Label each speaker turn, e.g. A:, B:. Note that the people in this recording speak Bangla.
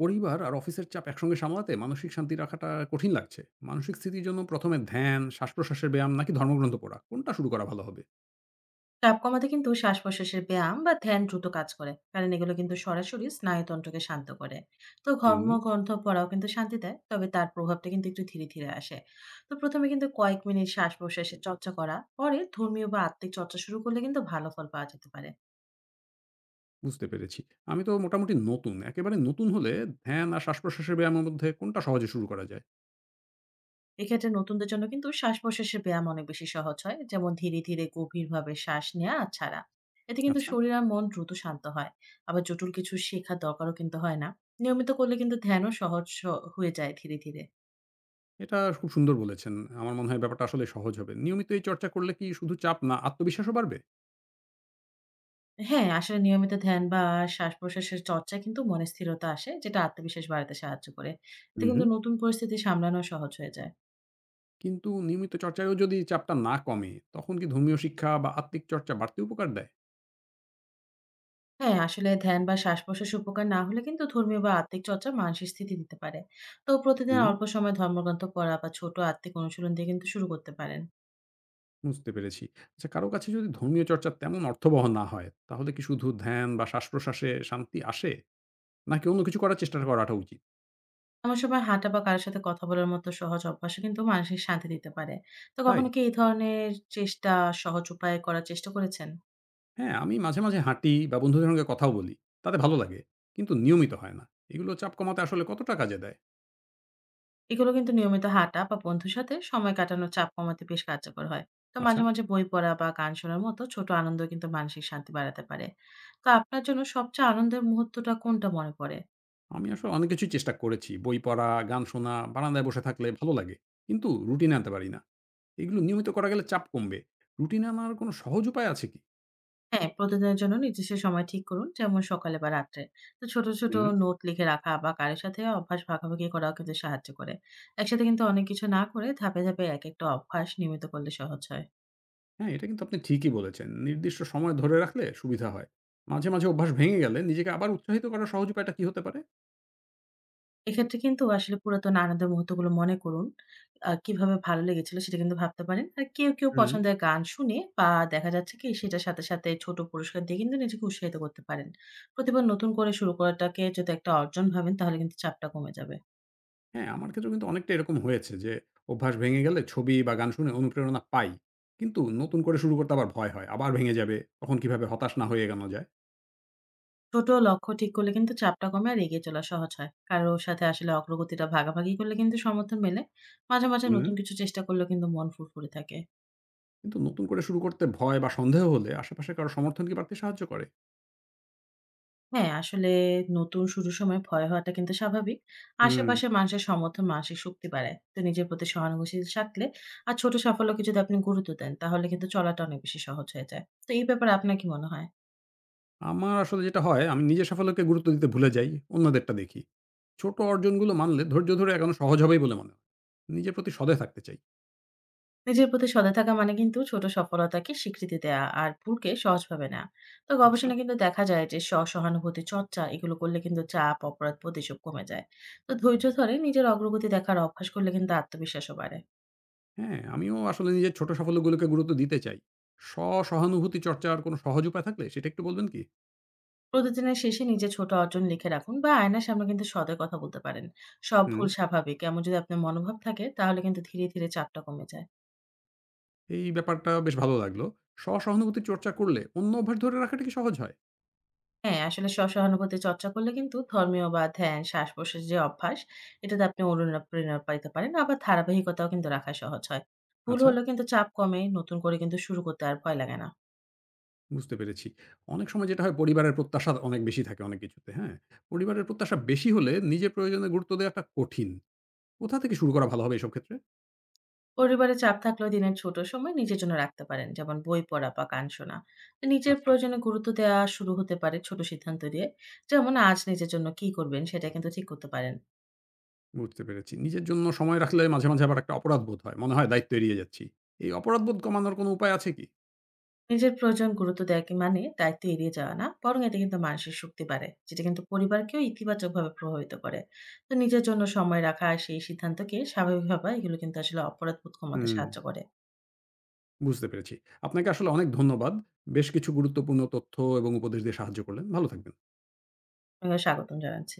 A: পরিবার আর অফিসের চাপ একসঙ্গে সামলাতে মানসিক শান্তি রাখাটা কঠিন লাগছে। মানসিক স্থিতির জন্য প্রথমে ধ্যান, শ্বাসপ্রশ্বাসের ব্যায়াম নাকি ধর্মগ্রন্থ পড়া, কোনটা শুরু করা ভালো হবে?
B: চাপ কমাতে কিন্তু শ্বাস-প্রশ্বাসের ব্যায়াম বা ধ্যান দ্রুত কাজ করে, কারণ এগুলো কিন্তু সরাসরি স্নায়ুতন্ত্রকে শান্ত করে। তো
A: হুম।
B: কর্মগ্রন্থ পড়াও কিন্তু শান্তি দেয়, তবে তার প্রভাবটা কিন্তু একটু ধীরে ধীরে আসে। তো প্রথমে কিন্তু কয়েক মিনিট শ্বাস-প্রশ্বাসের চর্চা করা, পরে ধর্মীয় বা আত্মিক চর্চা শুরু করলে কিন্তু ভালো ফল পাওয়া যেতে পারে।
A: বুঝতে পেরেছি। আমি তো মোটামুটি নতুন। একেবারে নতুন হলে ধ্যান আর শ্বাসপ্রশ্বাসের ব্যায়ামের মধ্যে কোনটা সহজে শুরু করা যায়?
B: এক্ষেত্রে নতুনদের জন্য কিন্তু শ্বাস-প্রশ্বাসের ব্যায়াম অনেক বেশি সহজ হয়। যেমন ধীরে, ধীরে গভীরভাবে শ্বাস নেয়া আর ছাড়া। এতে কিন্তু
A: আচ্ছা,
B: শরীর আর মন দ্রুত শান্ত হয়। আবার জটিল কিছু শেখার দরকারও কিন্তু হয় না। নিয়মিত করলে কিন্তু ধ্যানও সহজ হয়ে যায় ধীরে, ধীরে।
A: এটা খুব সুন্দর বলেছেন। আমার মনে হয় ব্যাপারটা আসলে সহজ হবে। নিয়মিত এই চর্চা করলে কি শুধু চাপ না, আত্মবিশ্বাসও বাড়বে?
B: হ্যাঁ, আসলে নিয়মিত ধ্যান বা শ্বাস-প্রশ্বাসের চর্চা কিন্তু মনে স্থিরতা আসে, যেটা আত্মবিশ্বাস বাড়াতে সাহায্য করে। এতে
A: হুম,
B: কিন্তু
A: হুম।
B: নতুন পরিস্থিতি সামলানো সহজ হয়ে যায়।
A: কিন্তু নিয়মিত চর্চায়ও যদি চাপটা না কমে, তখন কি ধর্মীয় শিক্ষা বা আত্মিক চর্চা বাড়তি উপকার দেয়?
B: হ্যাঁ, আসলে ধ্যান বা শ্বাস-প্রশ্বাস উপকার না হলে কিন্তু ধর্মীয় বা আত্মিক চর্চা মানসিক স্থিতি দিতে পারে। তো প্রতিদিন
A: হুম।
B: অল্প সময় ধর্মগ্রন্থ পড়া বা ছোট আত্মিক অনুশীলন দিয়ে কিন্তু শুরু করতে পারেন।
A: বুঝতে পেরেছি। আচ্ছা কারো কাছে যদি ধর্মীয় চর্চা তেমন অর্থবহ না হয়, তাহলে কি শুধু ধ্যান বা শ্বাসপ্রশ্বাসে শান্তি আসে? নাকি অন্য কিছু করার চেষ্টা করাটা উচিত?
B: এমন সময় হাঁটা বা কারো সাথে কথা বলার মতো সহজ অভ্যাসও কিন্তু মানসিক শান্তি দিতে পারে। তো
A: তাই?
B: কখনো কি এই ধরনের চেষ্টা সহজ উপায়ে করার চেষ্টা করেছেন?
A: হ্যাঁ, আমি মাঝে, মাঝে হাঁটি বা বন্ধুদের সঙ্গে কথাও বলি। তাতে ভালো লাগে। কিন্তু নিয়মিত হয় না। এগুলো চাপ কমাতে আসলে কতটা কাজে দেয়?
B: এগুলো কিন্তু নিয়মিত হাঁটা বা বন্ধুর সাথে সময় কাটানোর চাপ কমাতে বেশ কার্যকর হয়। তো
A: আচ্ছা,
B: মাঝে, মাঝে বই পড়া বা গান শোনার মতো ছোট আনন্দ কিন্তু মানসিক শান্তি বাড়াতে পারে। তো আপনার জন্য সবচেয়ে আনন্দের মুহূর্তটা কোনটা মনে পড়ে?
A: আমি আসলে অনেক কিছুই চেষ্টা করেছি। বই পড়া, গান শোনা, বারান্দায় বসে থাকলে ভালো লাগে। কিন্তু রুটিন আনতে পারি না। এগুলো নিয়মিত করা গেলে চাপ কমবে। রুটিন আনার কোনো সহজ উপায় আছে কি?
B: হ্যাঁ, প্রতিদিনের জন্য নির্দিষ্ট সময় ঠিক করুন, যেমন সকালে বা রাত্রে। তো ছোট, ছোট
A: হুম।
B: নোট লিখে রাখা বা কারো সাথে অভ্যাস ভাগাভাগি করাও কিন্তু সাহায্য করে। একসাথে কিন্তু অনেক কিছু না করে ধাপে, ধাপে এক একটা অভ্যাস নিয়মিত করলে সহজ হয়।
A: হ্যাঁ, এটা কিন্তু আপনি ঠিকই বলেছেন। নির্দিষ্ট সময় ধরে রাখলে সুবিধা হয়। মাঝে, মাঝে অভ্যাস ভেঙে গেলে নিজেকে আবার উৎসাহিত করার সহজ উপায়টা কি হতে পারে?
B: এক্ষেত্রে কিন্তু আসলে পুরাতন আনন্দের মুহূর্তগুলো মনে করুন, কিভাবে ভালো লেগেছিল সেটা কিন্তু ভাবতে পারেন। আর কেউ, কেউ
A: হুম।
B: পছন্দের গান শুনে বা দেখা যাচ্ছে কি সেটার সাথে, সাথে ছোট পুরস্কার দিয়ে কিন্তু নিজেকে উৎসাহিত করতে পারেন। প্রতিবার নতুন করে শুরু করাটাকে যদি একটা অর্জন ভাবেন, তাহলে কিন্তু চাপটা কমে যাবে।
A: হ্যাঁ, আমার ক্ষেত্রেও কিন্তু অনেকটা এরকম হয়েছে যে অভ্যাস ভেঙে গেলে ছবি বা গান শুনে অনুপ্রেরণা পাই। কিন্তু নতুন করে শুরু করতে আবার ভয় হয়। আবার ভেঙে যাবে। তখন কিভাবে হতাশ না হয়ে এগোনো যায়?
B: ছোট লক্ষ্য ঠিক করলে কিন্তু চাপটা কমে আর এগিয়ে চলা সহজ হয়। কারোর সাথে আসলে অগ্রগতিটা ভাগাভাগি করলে কিন্তু সমর্থন মেলে। মাঝে, মাঝে
A: হুম।
B: নতুন কিছু চেষ্টা করলেও কিন্তু মন ফুরফুরে থাকে।
A: কিন্তু নতুন করে শুরু করতে ভয় বা সন্দেহ হলে আশেপাশে কারো সমর্থন কি বাড়তে সাহায্য করে?
B: হ্যাঁ, আসলে নতুন শুরুর সময় ভয় হওয়াটা কিন্তু স্বাভাবিক।
A: হুম।
B: আশেপাশের মানুষের সমর্থন মানসিক শক্তি বাড়ায়। তো নিজের প্রতি সহানুভূতিশীল থাকলে আর ছোট সাফল্যকে যদি আপনি গুরুত্ব দেন, তাহলে কিন্তু চলাটা অনেক বেশি সহজ হয়ে যায়। তো এই ব্যাপারে আপনার কি মনে হয়?
A: আমার আসলে যেটা হয়, আমি নিজের সাফল্যকে গুরুত্ব দিতে ভুলে যাই, অন্যদেরটা দেখি। ছোট অর্জনগুলো মানলে ধৈর্য ধরে এগোনো সহজ হবেই বলে মনে হয়। নিজের প্রতি সদয় থাকতে চাই।
B: নিজের প্রতি সদয় থাকা মানে কিন্তু ছোট সফলতাকে স্বীকৃতি দেয়া আর ভুলকে সহজভাবে নেওয়া। তো
A: আচ্ছা,
B: গবেষণায় কিন্তু দেখা যায় যে স্ব-সহানুভূতি চর্চা এগুলো করলে কিন্তু চাপ, অপরাধবোধ এসব কমে যায়। তো ধৈর্য ধরে নিজের অগ্রগতি দেখার অভ্যাস করলে কিন্তু আত্মবিশ্বাসও বাড়ে।
A: হ্যাঁ, আমিও আসলে নিজের ছোট সাফল্যগুলোকে গুরুত্ব দিতে চাই। স্ব-সহানুভূতি চর্চার কোনো সহজ উপায় থাকলে সেটা একটু বলবেন কি?
B: প্রতিদিনের শেষে নিজের ছোট অর্জন লিখে রাখুন বা আয়নার সামনে কিন্তু সদয় কথা বলতে পারেন। সব
A: হুম।
B: ভুল স্বাভাবিক এমন যদি আপনার মনোভাব থাকে, তাহলে কিন্তু ধীরে, ধীরে চাপটা কমে যায়।
A: এই ব্যাপারটা বেশ ভালো লাগলো। স্ব-সহানুভূতি চর্চা করলে অন্য অভ্যাস ধরে রাখাটা কি সহজ হয়?
B: হ্যাঁ, আসলে স্ব-সহানুভূতি চর্চা করলে কিন্তু ধর্মীয় বা ধ্যান, শ্বাস-প্রশ্বাসের যে অভ্যাস, এটাতে আপনি অনুপ্রেরণা পাইতে পারেন। আবার ধারাবাহিকতাও কিন্তু রাখা সহজ হয়। ভুল
A: আচ্ছা,
B: হলেও কিন্তু চাপ কমে, নতুন করে কিন্তু শুরু করতে আর ভয় লাগে না।
A: বুঝতে পেরেছি। অনেক সময় যেটা হয় পরিবারের প্রত্যাশা অনেক বেশি থাকে অনেক কিছুতে, হ্যাঁ? পরিবারের প্রত্যাশা বেশি হলে নিজের প্রয়োজনে গুরুত্ব দেওয়াটা কঠিন। কোথা থেকে শুরু করা ভালো হবে এসব ক্ষেত্রে?
B: পরিবারে চাপ থাকলেও দিনের ছোট সময় নিজের জন্য রাখতে পারেন, যেমন বই পড়া বা গান শোনা। তো নিজের
A: আচ্ছা,
B: প্রয়োজনে গুরুত্ব দেওয়া শুরু হতে পারে ছোট সিদ্ধান্ত দিয়ে। যেমন আজ নিজের জন্য কি করবেন, সেটা কিন্তু ঠিক করতে পারেন।
A: বুঝতে পেরেছি। নিজের জন্য সময় রাখলে মাঝে, মাঝে আবার একটা অপরাধবোধ হয়। মনে হয় দায়িত্ব এড়িয়ে যাচ্ছি। এই অপরাধবোধ কমানোর কোনো উপায় আছে কি?
B: নিজের প্রয়োজন গুরুত্ব দেওয়া কি মানে দায়িত্ব এড়িয়ে যাওয়া না, বরং এটা কিন্তু মানসিক শক্তি বাড়ে, যেটা কিন্তু পরিবারকেও ইতিবাচকভাবে প্রভাবিত করে। তো নিজের জন্য সময় রাখা আর সেই সিদ্ধান্তকে স্বাভাবিকভাবে এগুলো কিন্তু আসলে অপরাধ বোধ কমাতে
A: হুম,
B: সাহায্য করে।
A: বুঝতে পেরেছি। আপনাকে আসলে অনেক ধন্যবাদ। বেশ কিছু গুরুত্বপূর্ণ তথ্য এবং উপদেশ দিয়ে সাহায্য করলেন। ভালো থাকবেন।
B: আপনাকে স্বাগতম জানাচ্ছি।